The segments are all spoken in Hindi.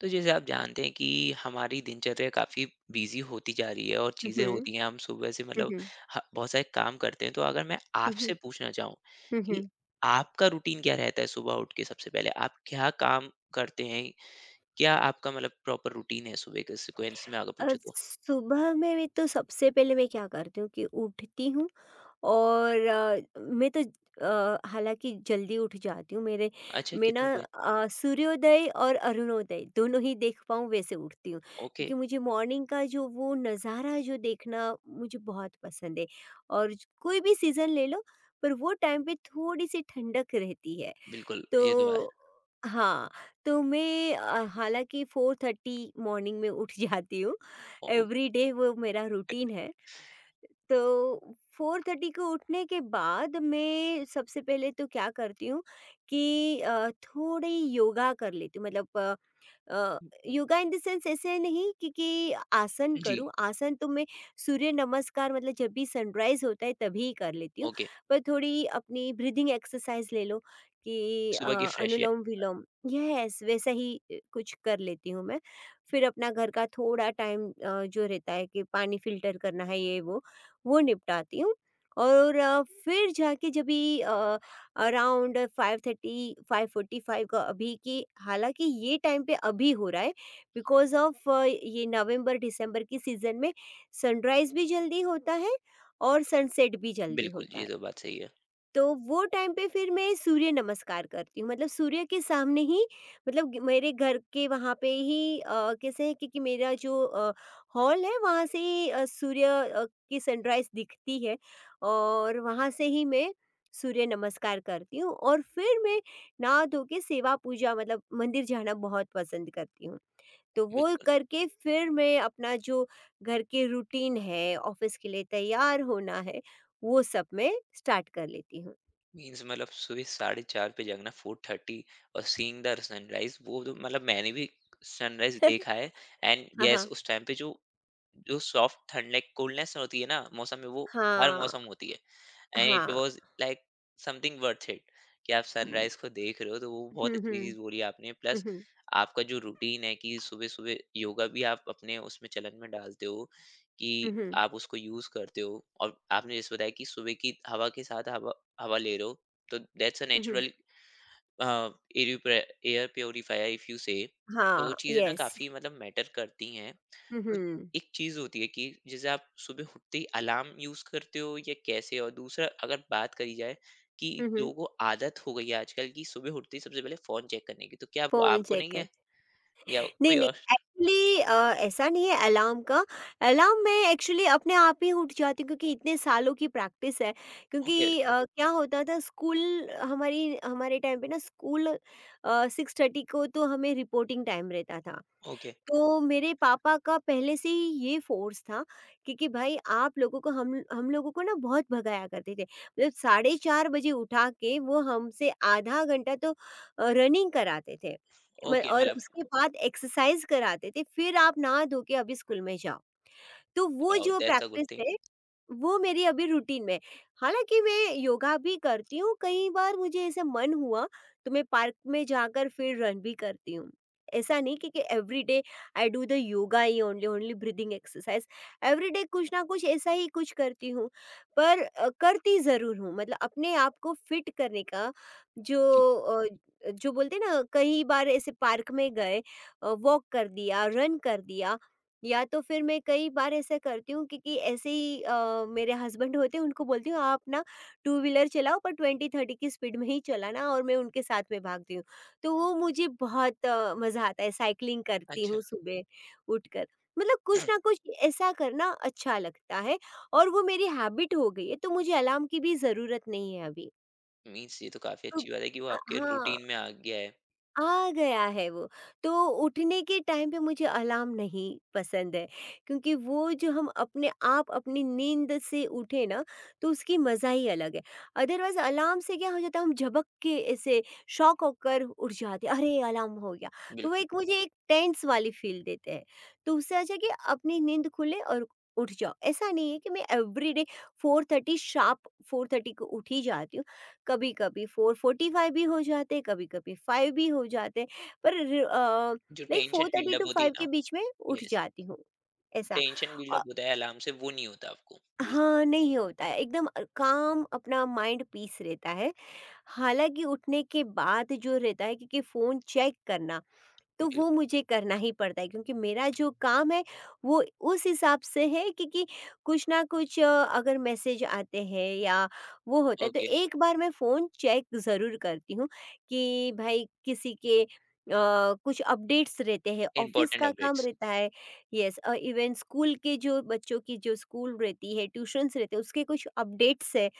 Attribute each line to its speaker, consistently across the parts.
Speaker 1: तो जैसे आप जानते हैं कि हमारी दिनचर्या काफ़ी बिजी होती जा रही है और
Speaker 2: हुँ,
Speaker 1: चीज़ें
Speaker 2: हुँ।
Speaker 1: होती हैं, हम सुबह से
Speaker 2: हुँ,
Speaker 1: मतलब
Speaker 2: हुँ।
Speaker 1: बहुत सारे काम करते हैं। तो अगर मैं
Speaker 2: हुँ, हुँ।
Speaker 1: आपसे पूछना चाहूँ
Speaker 2: हुँ,
Speaker 1: कि
Speaker 2: हुँ।
Speaker 1: आपका रूटीन क्या रहता है, सुबह उठ के सबसे पहले आप क्या काम करते हैं? क्या आपका मतलब प्रॉपर रूटीन है, सुबह के सिक्वेंस में अगर पूछो तो?
Speaker 2: सुबह में भी तो सबसे पहले मैं क्या करती हूँ कि उठती हूँ और मैं तो हालाँकि जल्दी उठ जाती हूँ मेरे
Speaker 1: अच्छा,
Speaker 2: मैं ना
Speaker 1: कितना बजे?
Speaker 2: सूर्योदय और अरुणोदय दोनों ही देख पाऊँ वैसे उठती हूँ।
Speaker 1: ओके।
Speaker 2: क्योंकि मुझे मॉर्निंग का जो वो नज़ारा जो देखना मुझे बहुत पसंद है और कोई भी सीज़न ले लो पर वो टाइम पे थोड़ी-सी ठंडक रहती है।
Speaker 1: बिल्कुल, ये तो
Speaker 2: तो
Speaker 1: बात।
Speaker 2: हाँ, तो मैं हालाँकि 4:30 मॉर्निंग में उठ जाती हूँ,
Speaker 1: ओ-
Speaker 2: एवरीडे वो मेरा रूटीन है। तो 4:30 को उठने के बाद मैं सबसे पहले तो क्या करती हूँ कि थोड़ी योगा कर लेती हूँ। मतलब अ, योगा इन द सेंस ऐसे नहीं कि आसन
Speaker 1: जी।
Speaker 2: करूँ, आसन तो मैं सूर्य नमस्कार, मतलब जब भी सनराइज़ होता है तभी ही कर लेती हूँ।
Speaker 1: ओके,
Speaker 2: पर थोड़ी अपनी ब्रीथिंग एक्सरसाइज़ ले लो कि
Speaker 1: सुबह की फ्रेश है।
Speaker 2: अनुलोम-विलोम, यस, वैसा ही कुछ कर लेती हूँ मैं। फिर अपना घर का थोड़ा टाइम जो रहता है कि पानी फ़िल्टर करना है, ये वो निपटाती हूँ। और फिर जाके, जब भी अराउंड 5:30 5:45 का अभी की, हालाँकि ये टाइम पे अभी हो रहा है बिकॉज़ ऑफ ये नवंबर दिसंबर की सीज़न में सनराइज़ भी जल्दी होता है और सनसेट भी जल्दी
Speaker 1: बिल्कुल,
Speaker 2: होता
Speaker 1: ये
Speaker 2: है।
Speaker 1: तो बात सही है।
Speaker 2: तो वो टाइम पे फिर मैं सूर्य नमस्कार करती हूँ, मतलब सूर्य के सामने ही, मतलब मेरे घर के वहाँ पे ही कैसे है, क्योंकि मेरा जो हॉल है वहाँ से ही सूर्य की सनराइज दिखती है और वहाँ से ही मैं सूर्य नमस्कार करती हूँ। और फिर मैं नहा धो के सेवा पूजा, मतलब मंदिर जाना बहुत पसंद करती हूँ, तो वो
Speaker 1: बिल्कुल।
Speaker 2: करके फिर मैं अपना जो घर के रूटीन है, ऑफिस के लिए तैयार होना है, वो सब मैं स्टार्ट कर लेती हूँ।
Speaker 1: मीन्स मतलब सुबह 4:30 पे जागना, 4:30। और सीइंग द सनराइज, वो तो मतलब मैंने भी सनराइज देखा है। एंड
Speaker 2: हाँ,
Speaker 1: यस,
Speaker 2: हाँ।
Speaker 1: उस टाइम पे जो जो सॉफ्ट ठंड, लाइक कोल्डनेस होती है ना मौसम में, वो हर
Speaker 2: हाँ,
Speaker 1: मौसम होती है। एंड इट
Speaker 2: हाँ।
Speaker 1: Was like something worth it, कि आप
Speaker 2: हुँ,
Speaker 1: सनराइज को देख रहे हो। तो वो बहुत
Speaker 2: हुँ।
Speaker 1: अच्छी
Speaker 2: हुँ,
Speaker 1: चीज बोली आपने। प्लस
Speaker 2: हुँ।
Speaker 1: आपका जो रूटीन है कि सुबह सुबह योगा भी आप अपने उसमें चलन में डालते हो, कि आप उसको यूज करते हो। और आपने जैसे बताया कि सुबह की हवा के साथ हवा हवा ले रहे हो, तो that's a
Speaker 2: hmm, hmm.
Speaker 1: Natural air air purifier if you say. तो वो
Speaker 2: हाँ,
Speaker 1: चीज़ें ना
Speaker 2: येस।
Speaker 1: काफ़ी मतलब मैटर करती हैं।
Speaker 2: हुँ,
Speaker 1: तो
Speaker 2: हुँ।
Speaker 1: एक चीज़ होती है कि जैसे आप सुबह उठते ही अलार्म यूज़ करते हो या कैसे? और दूसरा अगर बात करी जाए कि
Speaker 2: हुँ, हुँ।
Speaker 1: लोगों को आदत हो गई है आजकल की, सुबह उठते ही सबसे पहले फ़ोन चेक करने की, तो क्या वो
Speaker 2: फ़ोन
Speaker 1: आपको
Speaker 2: चेक
Speaker 1: नहीं
Speaker 2: कर
Speaker 1: है या
Speaker 2: नहीं,
Speaker 1: कोई
Speaker 2: नहीं,
Speaker 1: और?
Speaker 2: एक्चुअली ऐसा नहीं है अलार्म का। अलार्म मैं एक्चुअली अपने आप ही उठ जाती हूँ, क्योंकि इतने सालों की प्रैक्टिस है।
Speaker 1: ओके।
Speaker 2: क्योंकि क्या होता था, स्कूल हमारी हमारे टाइम पे ना स्कूल 6:30 को तो हमें रिपोर्टिंग टाइम रहता था।
Speaker 1: ओके।
Speaker 2: तो मेरे पापा का पहले से ही ये फ़ोर्स था कि भाई आप लोगों को, हम लोगों को ना बहुत भगाया करते थे। मतलब साढ़े 4 बजे उठा के वो हमसे आधा घंटा तो रनिंग कराते थे। म
Speaker 1: ओके,
Speaker 2: और
Speaker 1: मतलब
Speaker 2: उसके बाद एक्सरसाइज़ कराते थे, फिर आप नहा धो के अभी स्कूल में जाओ। तो वो
Speaker 1: वाओ,
Speaker 2: जो
Speaker 1: that's a good
Speaker 2: practice
Speaker 1: thing.
Speaker 2: है, वो मेरी अभी रूटीन में है। हालाँकि मैं योगा भी करती हूँ, कई बार मुझे ऐसा मन हुआ तो मैं पार्क में जाकर फिर रन भी करती हूँ। ऐसा नहीं कि everyday I do the yoga ही only, only breathing exercise. Everyday कुछ ना कुछ ऐसा ही कुछ करती हूँ, पर करती ज़रूर हूँ। मतलब अपने आप को फिट करने का जो अ, जो बोलते हैं ना, कई बार ऐसे पार्क में गए वॉक कर दिया, रन कर दिया, या तो फिर मैं कई बार ऐसा करती हूँ। क्योंकि ऐसे ही मेरे हस्बैंड होते हैं, उनको बोलती हूँ आप ना टू व्हीलर चलाओ पर ट्वेंटी थर्टी की स्पीड में ही चलाना, और मैं उनके साथ में भागती हूँ। तो वो मुझे बहुत मज़ा आता है, साइकिलिंग करती
Speaker 1: अच्छा।
Speaker 2: हूँ सुबह उठकर। मतलब कुछ ना कुछ ऐसा करना अच्छा लगता है और वो मेरी हैबिट हो गई है, तो मुझे अलार्म की भी ज़रूरत नहीं है अभी।
Speaker 1: मीन्स ये तो काफ़ी
Speaker 2: तो
Speaker 1: अच्छी बात है कि वो आपके
Speaker 2: हाँ,
Speaker 1: रूटीन में आ गया है।
Speaker 2: आ गया है वो। तो उठने के टाइम पे मुझे अलार्म नहीं पसंद है, क्योंकि वो जो हम अपने आप अपनी नींद से उठे ना, तो उसकी मज़ा ही अलग है। अदरवाइज़ अलार्म से क्या हो जाता है, हम झपक के ऐसे शॉक होकर उठ जाते हैं, अरे अलार्म हो गया। तो वो
Speaker 1: बिल्कुल।
Speaker 2: एक मुझे एक टेंस वाली फ़ील देते हैं। तो उससे अच्छा है कि अपनी नींद खुले और उठ जाओ। ऐसा नहीं है कि मैं एवरीडे 4:30 शार्प, 4:30 को उठ ही जाती हूँ। कभी-कभी 4:45 भी हो जाते, कभी-कभी 5 भी हो जाते, पर र अ,
Speaker 1: जो
Speaker 2: लाइक
Speaker 1: टेंशन
Speaker 2: 4:30
Speaker 1: बिल्डअप
Speaker 2: टू
Speaker 1: होती है
Speaker 2: 5
Speaker 1: ना,
Speaker 2: के बीच में उठ जाती हूँ, ऐसा।
Speaker 1: टेंशन बिल्डअप
Speaker 2: अ,
Speaker 1: होता है अलार्म से, वो नहीं होता आपको बेसिकली।
Speaker 2: हाँ, नहीं होता है एकदम। काम अपना माइंड पीस रहता है। हालाँकि उठने के बाद जो रहता है, क्योंकि फ़ोन चेक करना तो वो मुझे करना ही पड़ता है, क्योंकि मेरा जो काम है वो उस हिसाब से है। क्योंकि कुछ ना कुछ अगर मैसेज आते हैं या वो होता है, तो
Speaker 1: ओके।
Speaker 2: एक बार मैं फ़ोन चेक ज़रूर करती हूँ कि भाई किसी के कुछ अपडेट्स रहते हैं, ऑफिस
Speaker 1: इम्पोर्टेंट
Speaker 2: का काम
Speaker 1: अपडेट्स।
Speaker 2: रहता है। यस, और इवन स्कूल के जो बच्चों की जो स्कूल रहती है, ट्यूशन्स रहते हैं, उसके कुछ अपडेट्स है,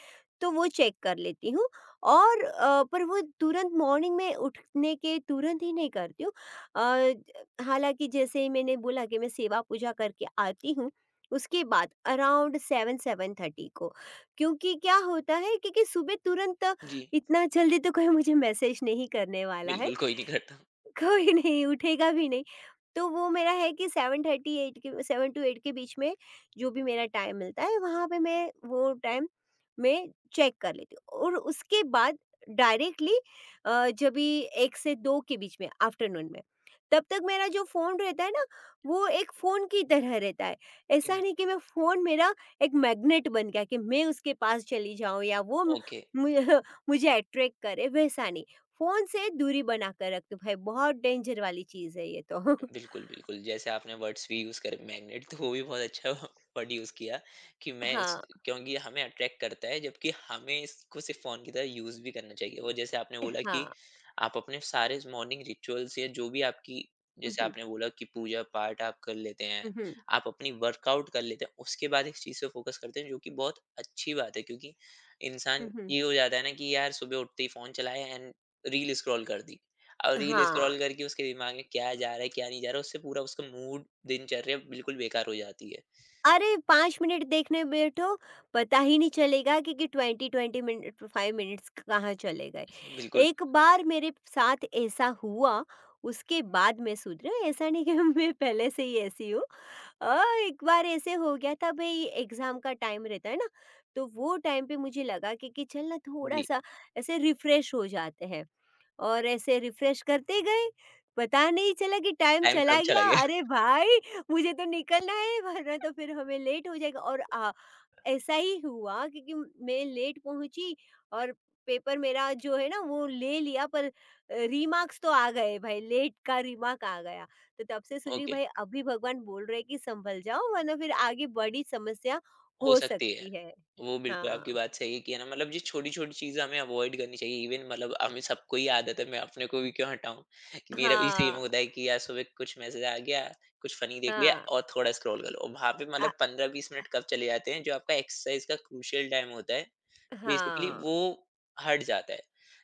Speaker 2: तो वो चेक कर लेती हूँ। और पर वो तुरंत मॉर्निंग में उठने के तुरंत ही नहीं करती हूँ। अ, हालाँकि जैसे ही मैंने बोला कि मैं सेवा पूजा करके आती हूँ, उसके बाद अराउंड 7 7:30 को, क्योंकि क्या होता है, क्योंकि सुबह तुरंत
Speaker 1: जी।
Speaker 2: इतना जल्दी तो कोई मुझे मैसेज नहीं करने वाला है।
Speaker 1: बिल्कुल, कोई नहीं करता।
Speaker 2: कोई नहीं उठेगा भी नहीं। तो वो मेरा है कि 7:30 8 के, 7 टू 8 के बीच में जो भी मेरा टाइम मिलता है वहाँ पे मैं वो टाइम मैं चेक कर लेती हूँ। और उसके बाद डायरेक्टली जब भी 1 से 2 के बीच में आफ्टरनून में, तब तक मेरा जो फ़ोन रहता है ना, वो एक फ़ोन की तरह रहता है। ऐसा
Speaker 1: इन-
Speaker 2: नहीं कि मैं फ़ोन, मेरा एक मैग्नेट बन गया कि मैं उसके पास चली जाऊँ या वो मु
Speaker 1: ओके।
Speaker 2: मुझे मुझे अट्रैक्ट करे, वैसा नहीं। फ़ोन से दूरी बना कर रख दो भाई, बहुत डेंजर वाली चीज़ है ये तो।
Speaker 1: बिल्कुल, बिल्कुल। जैसे आपने वर्ड्स भी यूज़ करे मैग्नेट, तो वो भी बहुत अच्छा वर्ड यूज़ किया कि मैं इस,
Speaker 2: हाँ,
Speaker 1: क्योंकि हमें अट्रैक्ट करता है, जबकि हमें इसको सिर्फ़ फ़ोन की तरह यूज़ भी करना चाहिए। और जैसे आपने
Speaker 2: इ
Speaker 1: बोला
Speaker 2: हाँ।
Speaker 1: कि आप अपने सारे मॉर्निंग रिचुअल्स या जो भी आपकी,
Speaker 2: हुँ,
Speaker 1: जैसे
Speaker 2: हुँ।
Speaker 1: आपने बोला कि पूजा-पाठ आप कर लेते हैं,
Speaker 2: हुँ, हुँ।
Speaker 1: आप अपनी वर्कआउट कर लेते हैं, उसके बाद इस चीज़ पे फ़ोकस करते हैं, जो कि बहुत अच्छी बात है। क्योंकि इंसान
Speaker 2: हुँ, हुँ।
Speaker 1: ये हो जाता है ना कि यार, सुबह उठते ही फ़ोन चलाया एंड रील स्क्रॉल कर दी। और रील
Speaker 2: हाँ।
Speaker 1: स्क्रॉल करके उसके दिमाग में क्या जा रहा है, क्या नहीं जा रहा है, उससे पूरा उसका मूड दिनचर्या बिल्कुल बेकार हो जाती है।
Speaker 2: अरे 5 मिनट देखने बैठो, पता ही नहीं चलेगा कि 20-20 मिनट, 5 मिनट्स कहाँ चले गए।
Speaker 1: बिल्कुल।
Speaker 2: एक बार मेरे साथ ऐसा हुआ, उसके बाद मैं सुधरी हूँ, ऐसा नहीं कि मैं पहले से ही ऐसी हूँ। अ, एक बार ऐसे हो गया था, भई एग्ज़ाम का टाइम रहता है ना, तो वो टाइम पे मुझे लगा कि चल ना
Speaker 1: जी।
Speaker 2: थोड़ा-सा ऐसे रिफ़्रेश हो जाते हैं, और ऐसे रिफ़्रेश करते गए, पता नहीं चला कि टाइम
Speaker 1: टाइम कब
Speaker 2: चला
Speaker 1: चला
Speaker 2: गया।
Speaker 1: गया
Speaker 2: अरे भाई मुझे तो निकलना है, वरना तो फिर हमें लेट हो जाएगा। और ऐसा ही हुआ, क्योंकि मैं लेट पहुंची और पेपर मेरा जो है ना वो ले लिया, पर रिमार्क्स तो आ गए भाई, लेट का रिमार्क आ गया। तो तब से सुनील
Speaker 1: ओके,
Speaker 2: भाई अभी भगवान बोल रहे हैं कि संभल जाओ, वरना फिर आगे बड़ी समस्या
Speaker 1: हो
Speaker 2: हो
Speaker 1: सकती है।
Speaker 2: सकती है।
Speaker 1: वो बिल्कुल आपकी
Speaker 2: हाँ।
Speaker 1: बात सही है कि, है ना मतलब ये छोटी-छोटी चीज़ें हमें अवॉइड करनी चाहिए, इवन मतलब हमें सबको ही आदत है, मैं अपने को भी क्यों हटाऊँ? कि मेरा भी सेम
Speaker 2: हाँ।
Speaker 1: होता है कि यार, सुबह कुछ मैसेज आ गया, कुछ फ़नी देख लिया
Speaker 2: हाँ।
Speaker 1: और थोड़ा स्क्रॉल कर लो, और वहाँ पे
Speaker 2: आ-
Speaker 1: मतलब 15-20 मिनट कब चले जाते हैं, जो आपका एक्सरसाइज़ का क्रूशियल टाइम होता है। बेसिकली
Speaker 2: हाँ।
Speaker 1: वो हट जाता है।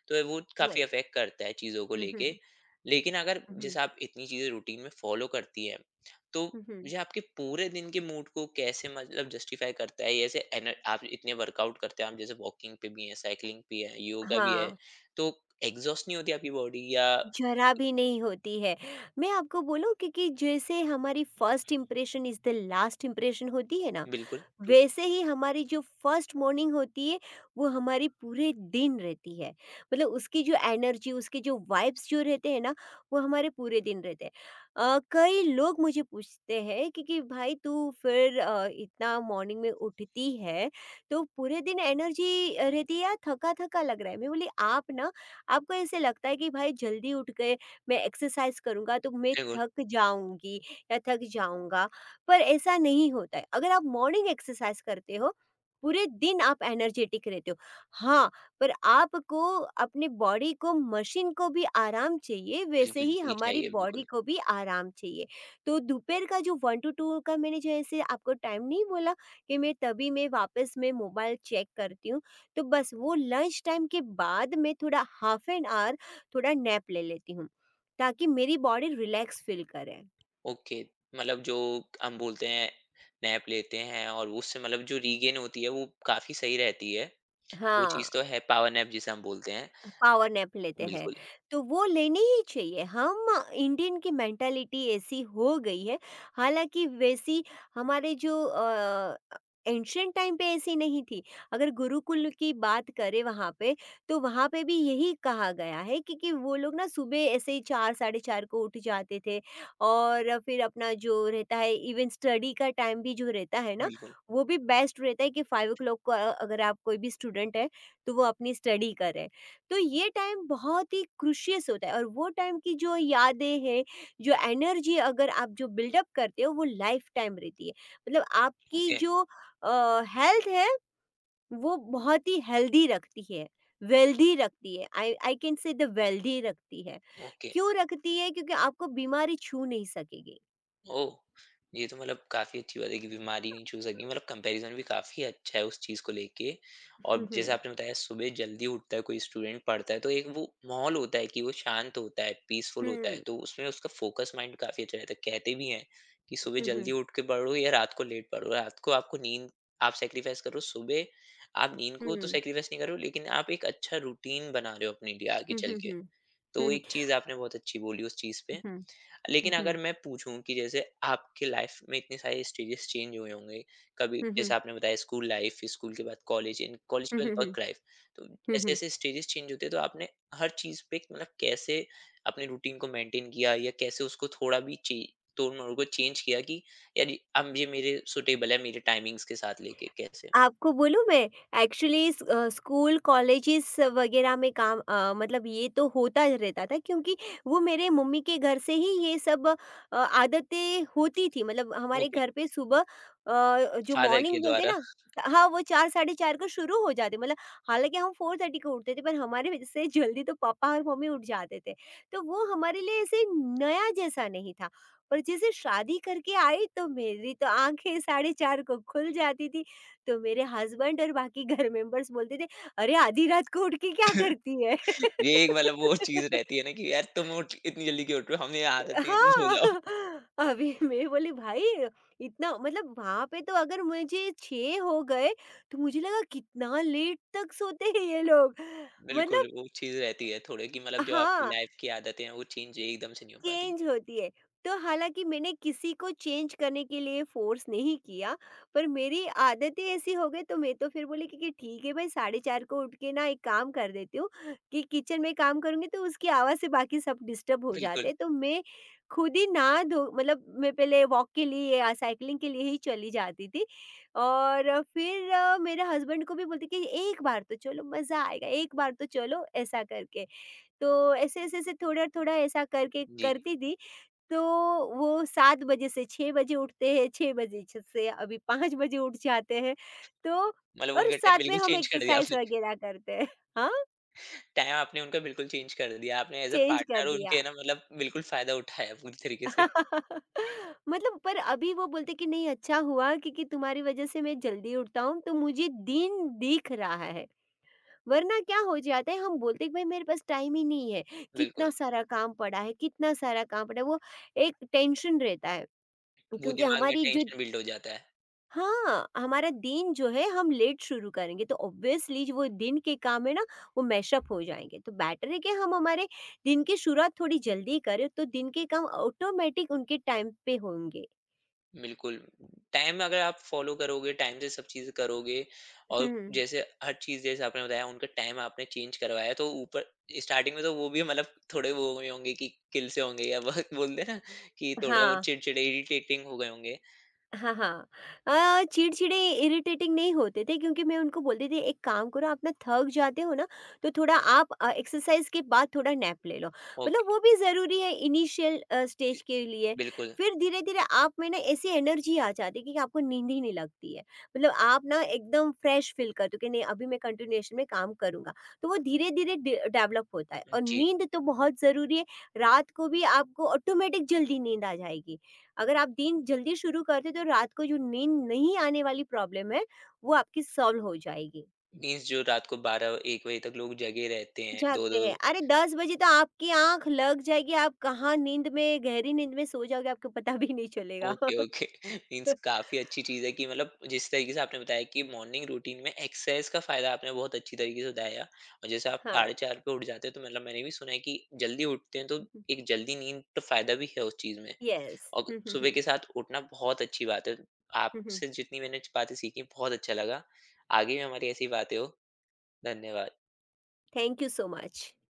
Speaker 1: तो वो काफ़ी
Speaker 2: वही।
Speaker 1: अफ़ेक्ट करता है चीज़ों को लेके।
Speaker 2: हम्म।
Speaker 1: लेकिन अगर
Speaker 2: हम्म,
Speaker 1: जैसे आप इतनी चीज़ें रूटीन में फ़ॉलो करती हैं, तो
Speaker 2: हम्म। हम्म।
Speaker 1: ये आपके पूरे दिन के मूड को कैसे मतलब जस्टिफ़ाई करता है? जैसे एन, आप इतने वर्कआउट करते हैं, आप जैसे वॉकिंग पे भी हैं, साइक्लिंग भी है, योगा भी है,
Speaker 2: हाँ,
Speaker 1: तो एग्ज़ॉस्ट नहीं होती आपकी बॉडी या?
Speaker 2: ज़रा भी नहीं होती है। मैं आपको बोलूँ, क्योंकि जैसे हमारी first impression is the last impression होती है ना,
Speaker 1: बिल्कुल, टू।
Speaker 2: वैसे ही हमारी जो फर्स्ट मॉर्निंग होती है, वो हमारी पूरे दिन रहती है। मतलब उसकी जो एनर्जी, उसके जो वाइब्स जो रहते हैं ना, वो हमारे पूरे दिन रहते हैं। कई लोग मुझे पूछते हैं कि भाई तू फिर इतना मॉर्निंग में उठती है, तो पूरे दिन एनर्जी रहती है या थका-थका लग रहा है? मैं बोली आप ना, आपको ऐसे लगता है कि भाई जल्दी उठ गए, मैं एक्सरसाइज करूँगा तो मैं
Speaker 1: बिल्कुल,
Speaker 2: थक जाऊँगी या थक जाऊँगा, पर ऐसा नहीं होता है। अगर आप मॉर्निंग एक्सरसाइज करते हो, पूरे दिन आप एनर्जेटिक रहते हो। हाँ, पर आपको अपने बॉडी को, मशीन को भी आराम चाहिए, वैसे
Speaker 1: बिल्कुल
Speaker 2: ही
Speaker 1: जी,
Speaker 2: हमारी
Speaker 1: चाहिए बिल्कुल।
Speaker 2: बॉडी को भी आराम चाहिए। तो दोपहर का जो वन टू टू का, मैंने जैसे आपको टाइम नहीं बोला कि मैं तभी मैं वापस मैं मोबाइल चेक करती हूँ, तो बस वो लंच टाइम के बाद मैं थोड़ा हाफ एन आवर, थोड़ा नैप ले लेती हूँ ताकि मेरी बॉडी रिलैक्स फील करे।
Speaker 1: ओके, मतलब जो हम बोलते हैं, नैप लेते हैं, और उससे मतलब जो रीगेन होती है वो काफ़ी सही रहती है। वो
Speaker 2: हाँ।
Speaker 1: चीज़ तो है, पावर नैप जिसे हम बोलते हैं।
Speaker 2: पावर नैप लेते हैं,
Speaker 1: बिल्कुल,
Speaker 2: तो वो लेनी ही चाहिए। हम इंडियन की मेंटालिटी ऐसी हो गई है, हालाँकि वैसी हमारे जो एंशिएंट टाइम पे ऐसी नहीं थी। अगर गुरुकुल की बात करें वहाँ पे, तो वहाँ पे भी यही कहा गया है कि वो लोग ना सुबह ऐसे ही 4, साढ़े 4 को उठ जाते थे, और फिर अपना जो रहता है, इवन स्टडी का टाइम भी जो रहता है ना,
Speaker 1: बिल्कुल।
Speaker 2: वो भी बेस्ट रहता है कि 5 ओ क्लॉक को अगर आप कोई भी स्टूडेंट है, तो वो अपनी स्टडी करे। तो ये टाइम बहुत ही क्रूशियस होता है, और वो टाइम की जो यादें हैं, जो एनर्जी अगर आप जो बिल्डअप करते हो, वो लाइफ टाइम रहती है। मतलब आपकी
Speaker 1: ओके,
Speaker 2: जो हेल्थ है, वो बहुत ही हेल्दी रखती है, वेल्दी रखती है, I I can say the wealthy रखती है।
Speaker 1: ओके।
Speaker 2: क्यों रखती है? क्योंकि आपको बीमारी छू नहीं सकेगी।
Speaker 1: ओह! ये तो मतलब काफ़ी अच्छी बात है कि बीमारी नहीं छू सकी। मतलब कंपैरिज़न भी काफ़ी अच्छा है उस चीज़ को लेके। और
Speaker 2: हम्म।
Speaker 1: जैसे आपने बताया, सुबह जल्दी उठता है कोई स्टूडेंट पढ़ता है, तो एक वो माहौल होता है कि वो शांत होता है, पीसफुल होता है,
Speaker 2: हम्म।
Speaker 1: तो उसमें उसका फ़ोकस माइंड काफ़ी अच्छा रहता है। कहते भी हैं कि सुबह जल्दी
Speaker 2: हम्म।
Speaker 1: उठ के पढ़ो या रात को लेट पढ़ो, रात को आपको नींद आप सैक्रिफ़ाइस करो, सुबह आप नींद को तो
Speaker 2: हम्म।
Speaker 1: सैक्रिफ़ाइस नहीं कर रहे हो, लेकिन आप एक अच्छा रूटीन बना रहे हो अपने लिए आगे
Speaker 2: हम्म।
Speaker 1: चल
Speaker 2: हम्म।
Speaker 1: के।
Speaker 2: हम्म।
Speaker 1: तो
Speaker 2: हम्म।
Speaker 1: एक चीज़ आपने बहुत अच्छी बोली उस चीज़ पे।
Speaker 2: हम्म।
Speaker 1: लेकिन
Speaker 2: हम्म।
Speaker 1: अगर मैं पूछूँ कि जैसे आपके लाइफ़ में इतने सारे स्टेजेस चेंज हुए होंगे। कभी
Speaker 2: हम्म। हम्म।
Speaker 1: जैसे
Speaker 2: हम्म।
Speaker 1: आपने बताया स्कूल लाइफ़, स्कूल के बाद कॉलेज, इन कॉलेज के
Speaker 2: हम्म।
Speaker 1: बाद
Speaker 2: हम्म।
Speaker 1: Work life. तो
Speaker 2: हम्म। हम्म।
Speaker 1: ऐसे-ऐसे स्टेजेस चेंज होते हैं, तो आपने हर चीज़ पे मतलब कैसे अपने रूटीन को मेंटेन किया या कैसे उसको थोड़ा भी चे तोड़-मोड़ को चेंज किया कि यार, अब ये मेरे सूटेबल है मेरे टाइमिंग्स के साथ, लेके कैसे?
Speaker 2: आपको बोलूँ मैं, एक्चुअली स्कूल कॉलेजेस वग़ैरह में काम मतलब ये तो होता रहता था क्योंकि वो मेरे मम्मी के घर से ही ये सब आदतें होती थी। मतलब हमारे
Speaker 1: ओके,
Speaker 2: घर पे सुबह जो
Speaker 1: फादर के
Speaker 2: मॉर्निंग बोलते हैं
Speaker 1: द्वारा।
Speaker 2: ना, हाँ, वो 4 साढ़े 4 को शुरू हो जाते मतलब। हालाँकि हम 4:30 को उठते थे पर हमारे वजह से जल्दी तो पापा और मम्मी उठ जाते थे। तो वो हमारे लिए ऐसे नया जैसा नहीं था। पर जैसे शादी करके आई तो मेरी तो आँखें साढ़े 4 को खुल जाती थी। तो मेरे हस्बैंड और बाकी घर मेंबर्स बोलते थे, "अरे! आधी रात को उठ के क्या करती है?"
Speaker 1: ये एक मतलब वो चीज़ रहती है ना कि यार, तुम उठ इतनी जल्दी क्यों उठ रहे हो? हमें आदत नहीं है, तुम सो जाओ।
Speaker 2: हाँ, अभी मैं बोली भाई इतना मतलब वहाँ पे तो अगर मुझे 6 हो गए, तो मुझे लगा कितना लेट तक सोते हैं ये लोग।
Speaker 1: बिल्कुल,
Speaker 2: मतलब
Speaker 1: वो चीज़ रहती है थोड़े कि मतलब जो आपकी
Speaker 2: हाँ।
Speaker 1: लाइफ़ की आदतें हैं, वो चेंज एकदम से नहीं हो पाती।
Speaker 2: चेंज होती है। तो हालाँकि मैंने किसी को चेंज करने के लिए फ़ोर्स नहीं किया, पर मेरी आदतें ऐसी हो गई तो मैं तो फिर बोली कि ठीक है भाई साढ़े 4 को उठ के ना एक काम कर देती हूँ, कि किचन में काम करूँगी तो उसकी आवाज़ से बाकी सब डिस्टर्ब हो जाते
Speaker 1: बिल्कुल,
Speaker 2: हैं। तो मैं खुद ही नहा धो मतलब मैं पहले वॉक के लिए या साइकिलिंग के लिए ही चली जाती थी। और फिर मेरे हस्बैंड को भी बोलती कि, "एक बार तो चलो मज़ा आएगा, एक बार तो चलो" ऐसा करके। तो ऐसे, ऐसे, ऐसे थोड़ा-थोड़ा ऐसा करके
Speaker 1: जी।
Speaker 2: करती थी। तो वो 7 बजे से 6 बजे उठते हैं, 6 बजे छ से अभी 5 बजे उठ जाते हैं। तो
Speaker 1: मतलब
Speaker 2: और
Speaker 1: उनका टाइम
Speaker 2: साथ में
Speaker 1: बिल्कुल
Speaker 2: हम
Speaker 1: चेंज कर दिया
Speaker 2: एक्सरसाइज़
Speaker 1: आपने।
Speaker 2: वगैरह करते हैं। हाँ,
Speaker 1: टाइम आपने उनका बिल्कुल चेंज कर दिया। आपने एज़ अ
Speaker 2: चेंज कर
Speaker 1: पार्टनर
Speaker 2: दिया।
Speaker 1: उनके ना मतलब बिल्कुल फ़ायदा उठाया पूरी तरीके से।
Speaker 2: मतलब पर अभी वो बोलते हैं कि नहीं अच्छा हुआ क्योंकि तुम्हारी वजह से मैं जल्दी उठता हूँ, तो मुझे दिन दिख रहा है। वरना क्या हो जाता है, हम बोलते हैं कि भाई मेरे पास टाइम ही नहीं है, कितना
Speaker 1: बिल्कुल,
Speaker 2: सारा काम पड़ा है, कितना सारा काम पड़ा है, वो एक टेंशन रहता है।
Speaker 1: वो
Speaker 2: क्योंकि
Speaker 1: दिमाग में
Speaker 2: हमारी जो।
Speaker 1: टेंशन बिल्ड हो जाता है।
Speaker 2: हाँ, हमारा दिन जो है हम लेट शुरू करेंगे तो ऑब्वियसली जो वो दिन के काम है ना, वो मैशअप हो जाएँगे। तो बेटर है कि हम हमारे दिन की शुरुआत थोड़ी जल्दी करें तो दिन के काम ऑटोमेटिक उनके टाइम पे होंगे।
Speaker 1: बिल्कुल, टाइम अगर आप फ़ॉलो करोगे, टाइम से सब चीज़ें करोगे। और
Speaker 2: हुँ।
Speaker 1: जैसे हर चीज़, जैसे आपने बताया उनका टाइम आपने चेंज करवाया, तो ऊपर स्टार्टिंग में तो वो भी मतलब थोड़े वो हुए होंगे कि किल से होंगे, या बहुत बोलते हैं ना कि थोड़ा वो
Speaker 2: हाँ।
Speaker 1: चिड़चिड़े इरिटेटिंग हो गए होंगे।
Speaker 2: हाँ, हाँ। चिड़चिड़े, इरिटेटिंग नहीं होते थे क्योंकि मैं उनको बोलती थी एक काम करो आप ना थक जाते हो ना, तो थोड़ा आप एक्सरसाइज़ के बाद थोड़ा नैप ले लो।
Speaker 1: ओके,
Speaker 2: मतलब वो भी ज़रूरी है इनिशियल स्टेज के लिए।
Speaker 1: बिल्कुल,
Speaker 2: फिर धीरे-धीरे आप में ना ऐसी एनर्जी आ जाती है कि आपको नींद ही नहीं लगती है। मतलब आप ना एकदम फ्रेश फ़ील करते हो कि नहीं अभी मैं कंटिन्यूएशन में काम करूँगा। तो वो धीरे-धीरे डे डेवलप होता है और
Speaker 1: जी।
Speaker 2: नींद तो बहुत ज़रूरी है। रात को भी आपको ऑटोमेटिक जल्दी नींद आ जाएगी। अगर आप दिन जल्दी शुरू करते हो, तो रात को जो नींद नहीं आने वाली प्रॉब्लम है, वो आपकी सॉल्व हो जाएगी।
Speaker 1: मीन्स जो रात को 12-1 बजे तक लोग जगे रहते हैं,
Speaker 2: जागते
Speaker 1: 2-2।
Speaker 2: हैं, अरे 10 बजे तो आपकी आँख लग जाएगी, आप कहाँ नींद में गहरी नींद में सो जाओगे, आपको पता भी नहीं चलेगा।
Speaker 1: ओके। ओके। मीन्स काफी अच्छी चीज है कि मतलब जिस तरीके से आपने बताया कि मॉर्निंग रूटीन में एक्सरसाइज का फायदा आपने बहुत अच्छी तरीके से बताया, और जैसे आप
Speaker 2: हाँ।
Speaker 1: 4:30 पे उठ जाते हैं, तो मतलब मैंने भी सुना है कि जल्दी उठते हैं, तो एक जल्दी नींद, तो फायदा भी है उस चीज में।
Speaker 2: यस।
Speaker 1: और
Speaker 2: हुँ, हुँ,
Speaker 1: सुबह
Speaker 2: हुँ।
Speaker 1: के साथ उठना बहुत अच्छी बात है।
Speaker 2: हुँ, हुँ।
Speaker 1: आपसे जितनी मैंने बातें सीखी बहुत अच्छा लगा। आगे भी हमारी ऐसी बातें हो। धन्यवाद।
Speaker 2: Thank you so much.